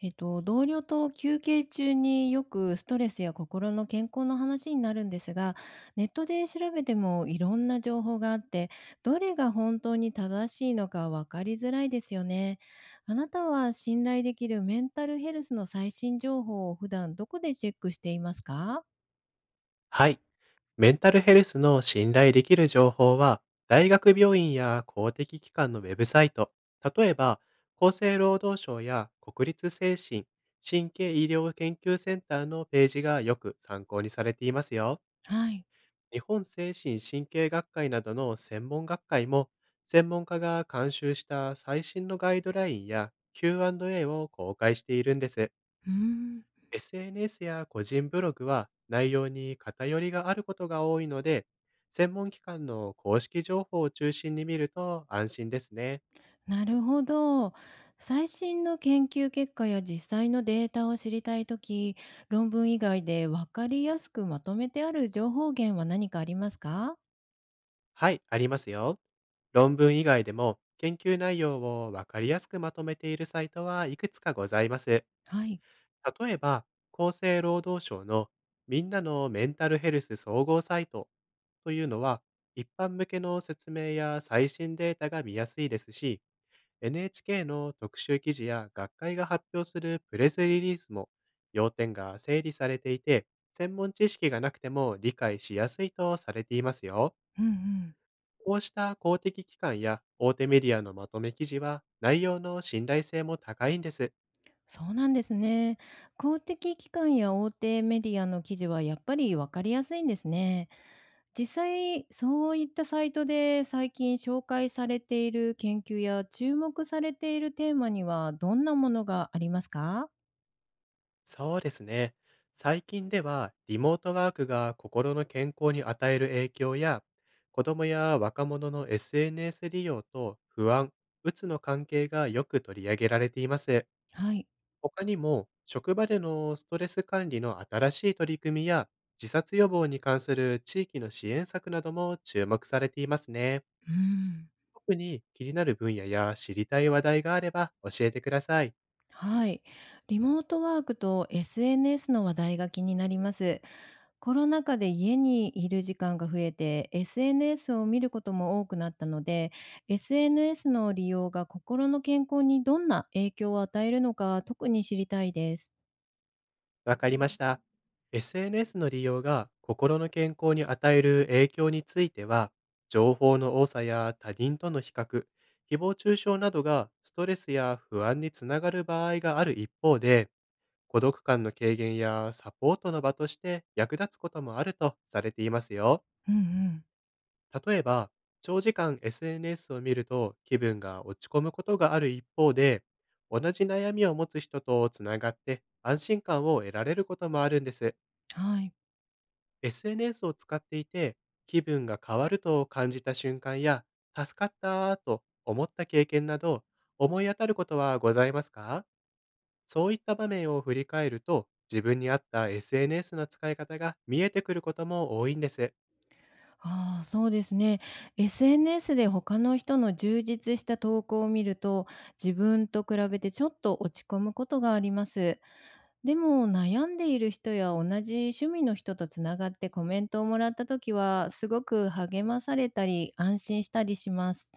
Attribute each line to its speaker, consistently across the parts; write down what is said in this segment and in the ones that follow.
Speaker 1: 同僚と休憩中によくストレスや心の健康の話になるんですが、ネットで調べてもいろんな情報があって、どれが本当に正しいのか分かりづらいですよね。あなたは信頼できるメンタルヘルスの最新情報を普段どこでチェックしていますか？
Speaker 2: はい。メンタルヘルスの信頼できる情報は、大学病院や公的機関のウェブサイト、例えば、厚生労働省や国立精神・神経医療研究センターのページがよく参考にされていますよ。
Speaker 1: はい。
Speaker 2: 日本精神神経学会などの専門学会も、専門家が監修した最新のガイドラインや Q&A を公開しているんです。
Speaker 1: うーん、
Speaker 2: SNS や個人ブログは内容に偏りがあることが多いので、専門機関の公式情報を中心に見ると安心ですね。
Speaker 1: なるほど。最新の研究結果や実際のデータを知りたいとき、論文以外で分かりやすくまとめてある情報源は何かありますか？
Speaker 2: はい、ありますよ。論文以外でも研究内容をわかりやすくまとめているサイトはいくつかございます。
Speaker 1: はい。
Speaker 2: 例えば、厚生労働省のみんなのメンタルヘルス総合サイトというのは、一般向けの説明や最新データが見やすいですし、NHK の特集記事や学会が発表するプレスリリースも要点が整理されていて、専門知識がなくても理解しやすいとされていますよ。
Speaker 1: うんうん。
Speaker 2: こうした公的機関や大手メディアのまとめ記事は内容の信頼性も高いんです。
Speaker 1: そうなんですね。公的機関や大手メディアの記事はやっぱり分かりやすいんですね。実際、そういったサイトで最近紹介されている研究や注目されているテーマにはどんなものがありますか？
Speaker 2: そうですね。最近ではリモートワークが心の健康に与える影響や、子供や若者の SNS 利用と不安、うつの関係がよく取り上げられています。
Speaker 1: はい。
Speaker 2: 他にも、職場でのストレス管理の新しい取り組みや、自殺予防に関する地域の支援策なども注目されていますね。
Speaker 1: うん。
Speaker 2: 特に気になる分野や知りたい話題があれば教えてください。
Speaker 1: はい。リモートワークと SNS の話題が気になります。コロナ禍で家にいる時間が増えて、SNS を見ることも多くなったので、SNS の利用が心の健康にどんな影響を与えるのか、特に知りたいです。
Speaker 2: わかりました。SNS の利用が心の健康に与える影響については、情報の多さや他人との比較、誹謗中傷などがストレスや不安につながる場合がある一方で、孤独感の軽減やサポートの場として役立つこともあるとされていますよ。
Speaker 1: うんうん。
Speaker 2: 例えば、長時間 SNS を見ると気分が落ち込むことがある一方で、同じ悩みを持つ人とつながって安心感を得られることもあるんです。
Speaker 1: はい。
Speaker 2: SNS を使っていて気分が変わると感じた瞬間や、助かったと思った経験など、思い当たることはございますか？そういった場面を振り返ると、自分に合った SNS の使い方が見えてくることも多いんです。
Speaker 1: ああ、そうですね。SNS で他の人の充実した投稿を見ると、自分と比べてちょっと落ち込むことがあります。でも、悩んでいる人や同じ趣味の人とつながってコメントをもらった時は、すごく励まされたり、安心したりします。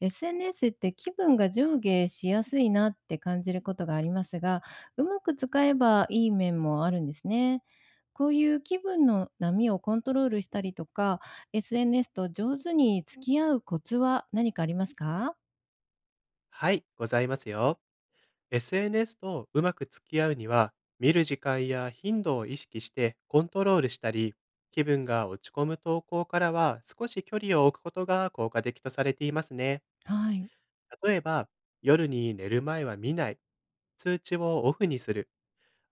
Speaker 1: SNS って気分が上下しやすいなって感じることがありますが、うまく使えばいい面もあるんですね。こういう気分の波をコントロールしたりとか、SNS と上手に付き合うコツは何かありますか？
Speaker 2: はい、ございますよ。SNS とうまく付き合うには、見る時間や頻度を意識してコントロールしたり、気分が落ち込む投稿からは少し距離を置くことが効果的とされていますね。
Speaker 1: はい。
Speaker 2: 例えば、夜に寝る前は見ない、通知をオフにする、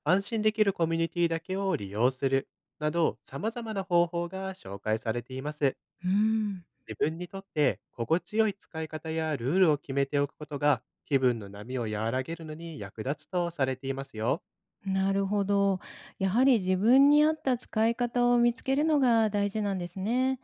Speaker 2: 安心できるコミュニティだけを利用する、など様々な方法が紹介されています。
Speaker 1: うん、
Speaker 2: 自分にとって心地よい使い方やルールを決めておくことが、気分の波を和らげるのに役立つとされていますよ。
Speaker 1: なるほど。やはり自分に合った使い方を見つけるのが大事なんですね。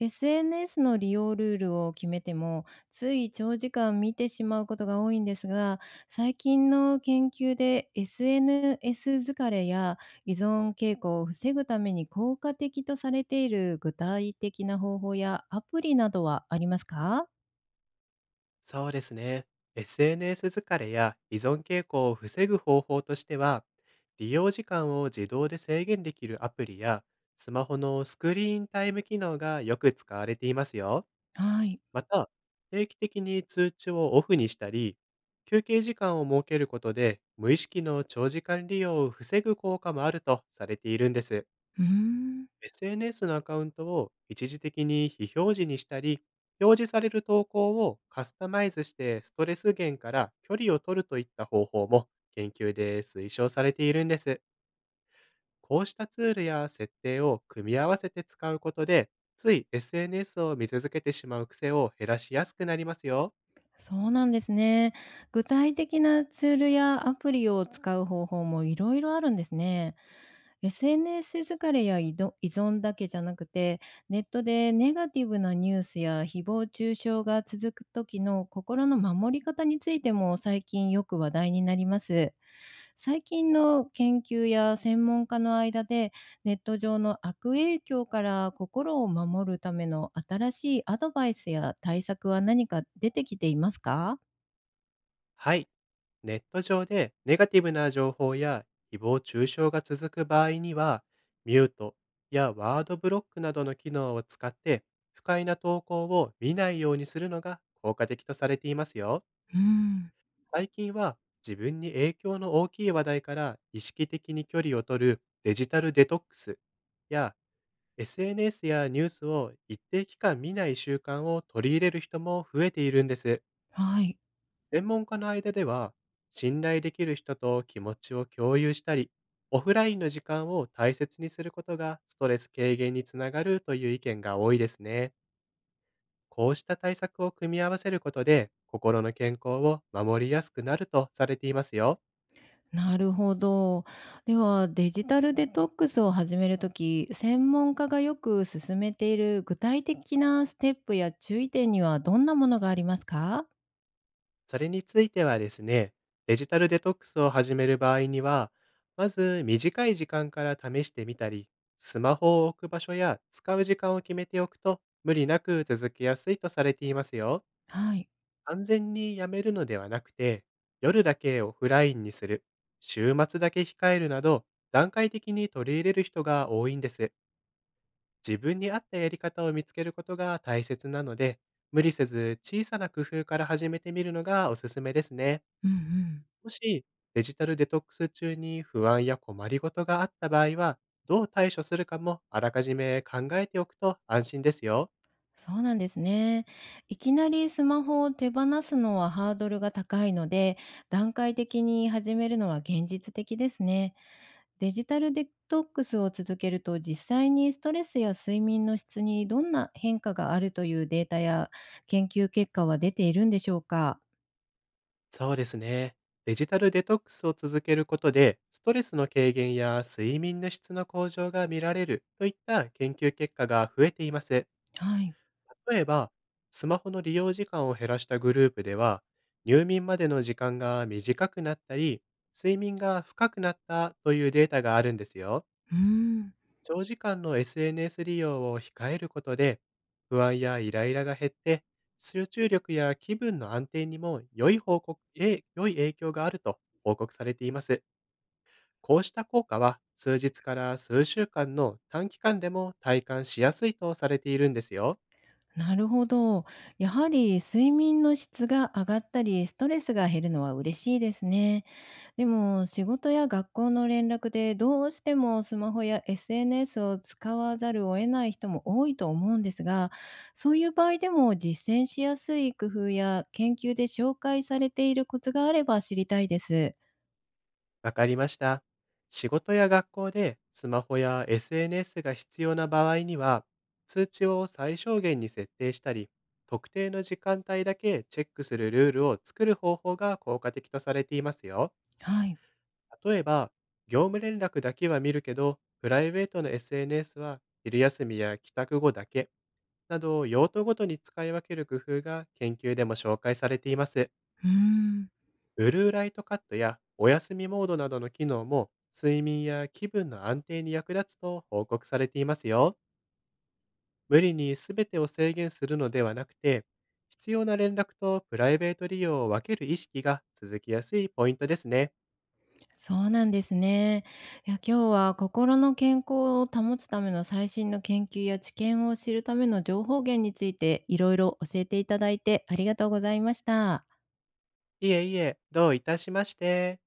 Speaker 1: SNS の利用ルールを決めても、つい長時間見てしまうことが多いんですが、最近の研究で SNS 疲れや依存傾向を防ぐために効果的とされている具体的な方法やアプリなどはありますか？
Speaker 2: そうですね。SNS 疲れや依存傾向を防ぐ方法としては、利用時間を自動で制限できるアプリや、スマホのスクリーンタイム機能がよく使われていますよ。
Speaker 1: はい。
Speaker 2: また、定期的に通知をオフにしたり、休憩時間を設けることで、無意識の長時間利用を防ぐ効果もあるとされているんです。
Speaker 1: うーん。
Speaker 2: SNS のアカウントを一時的に非表示にしたり、表示される投稿をカスタマイズしてストレス源から距離を取るといった方法も研究で推奨されているんです。こうしたツールや設定を組み合わせて使うことで、つい SNS を見続けてしまう癖を減らしやすくなりますよ。
Speaker 1: そうなんですね。具体的なツールやアプリを使う方法もいろいろあるんですね。SNS 疲れや依存だけじゃなくて、ネットでネガティブなニュースや誹謗中傷が続く時の心の守り方についても最近よく話題になります。最近の研究や専門家の間で、ネット上の悪影響から心を守るための新しいアドバイスや対策は何か出てきていますか？
Speaker 2: はい。ネット上でネガティブな情報や誹謗中傷が続く場合には、ミュートやワードブロックなどの機能を使って、不快な投稿を見ないようにするのが効果的とされていますよ。
Speaker 1: うーん、
Speaker 2: 最近は、自分に影響の大きい話題から意識的に距離を取るデジタルデトックスや、 SNS やニュースを一定期間見ない習慣を取り入れる人も増えているんです。
Speaker 1: はい、
Speaker 2: 専門家の間では、信頼できる人と気持ちを共有したり、オフラインの時間を大切にすることがストレス軽減につながるという意見が多いですね。こうした対策を組み合わせることで、心の健康を守りやすくなるとされていますよ。
Speaker 1: なるほど。では、デジタルデトックスを始めるとき専門家がよく勧めている具体的なステップや注意点にはどんなものがありますか？
Speaker 2: それについてはですね、デジタルデトックスを始める場合には、まず短い時間から試してみたり、スマホを置く場所や使う時間を決めておくと、無理なく続けやすいとされていますよ。
Speaker 1: はい。
Speaker 2: 完全にやめるのではなくて、夜だけオフラインにする、週末だけ控えるなど、段階的に取り入れる人が多いんです。自分に合ったやり方を見つけることが大切なので、無理せず小さな工夫から始めてみるのがおすすめですね。
Speaker 1: うんうん。
Speaker 2: もし、デジタルデトックス中に不安や困りごとがあった場合は、どう対処するかもあらかじめ考えておくと安心ですよ。
Speaker 1: そうなんですね。いきなりスマホを手放すのはハードルが高いので、段階的に始めるのは現実的ですね。デジタルデトックスを続けると、実際にストレスや睡眠の質にどんな変化があるというデータや研究結果は出ているんでしょうか？
Speaker 2: そうですね。デジタルデトックスを続けることで、ストレスの軽減や睡眠の質の向上が見られるといった研究結果が増えています。
Speaker 1: はい。
Speaker 2: 例えば、スマホの利用時間を減らしたグループでは、入眠までの時間が短くなったり、睡眠が深くなったというデータがあるんですよ。
Speaker 1: うーん。
Speaker 2: 長時間の SNS 利用を控えることで、不安やイライラが減って、集中力や気分の安定にも良い報告、え良い影響があると報告されています。こうした効果は数日から数週間の短期間でも体感しやすいとされているんですよ。
Speaker 1: なるほど。やはり睡眠の質が上がったり、ストレスが減るのは嬉しいですね。でも仕事や学校の連絡でどうしてもスマホや SNS を使わざるを得ない人も多いと思うんですが、そういう場合でも実践しやすい工夫や研究で紹介されているコツがあれば知りたいです。
Speaker 2: わかりました。仕事や学校でスマホや SNS が必要な場合には、通知を最小限に設定したり、特定の時間帯だけチェックするルールを作る方法が効果的とされていますよ。
Speaker 1: はい。
Speaker 2: 例えば、業務連絡だけは見るけど、プライベートの SNS は昼休みや帰宅後だけ、など用途ごとに使い分ける工夫が研究でも紹介されています。
Speaker 1: うーん、
Speaker 2: ブルーライトカットやお休みモードなどの機能も睡眠や気分の安定に役立つと報告されていますよ。無理に全てを制限するのではなくて、必要な連絡とプライベート利用を分ける意識が続きやすいポイントですね。
Speaker 1: そうなんですね。いや今日は心の健康を保つための最新の研究や知見を知るための情報源についていろいろ教えていただいてありがとうございました。
Speaker 2: いえいえ、どういたしまして。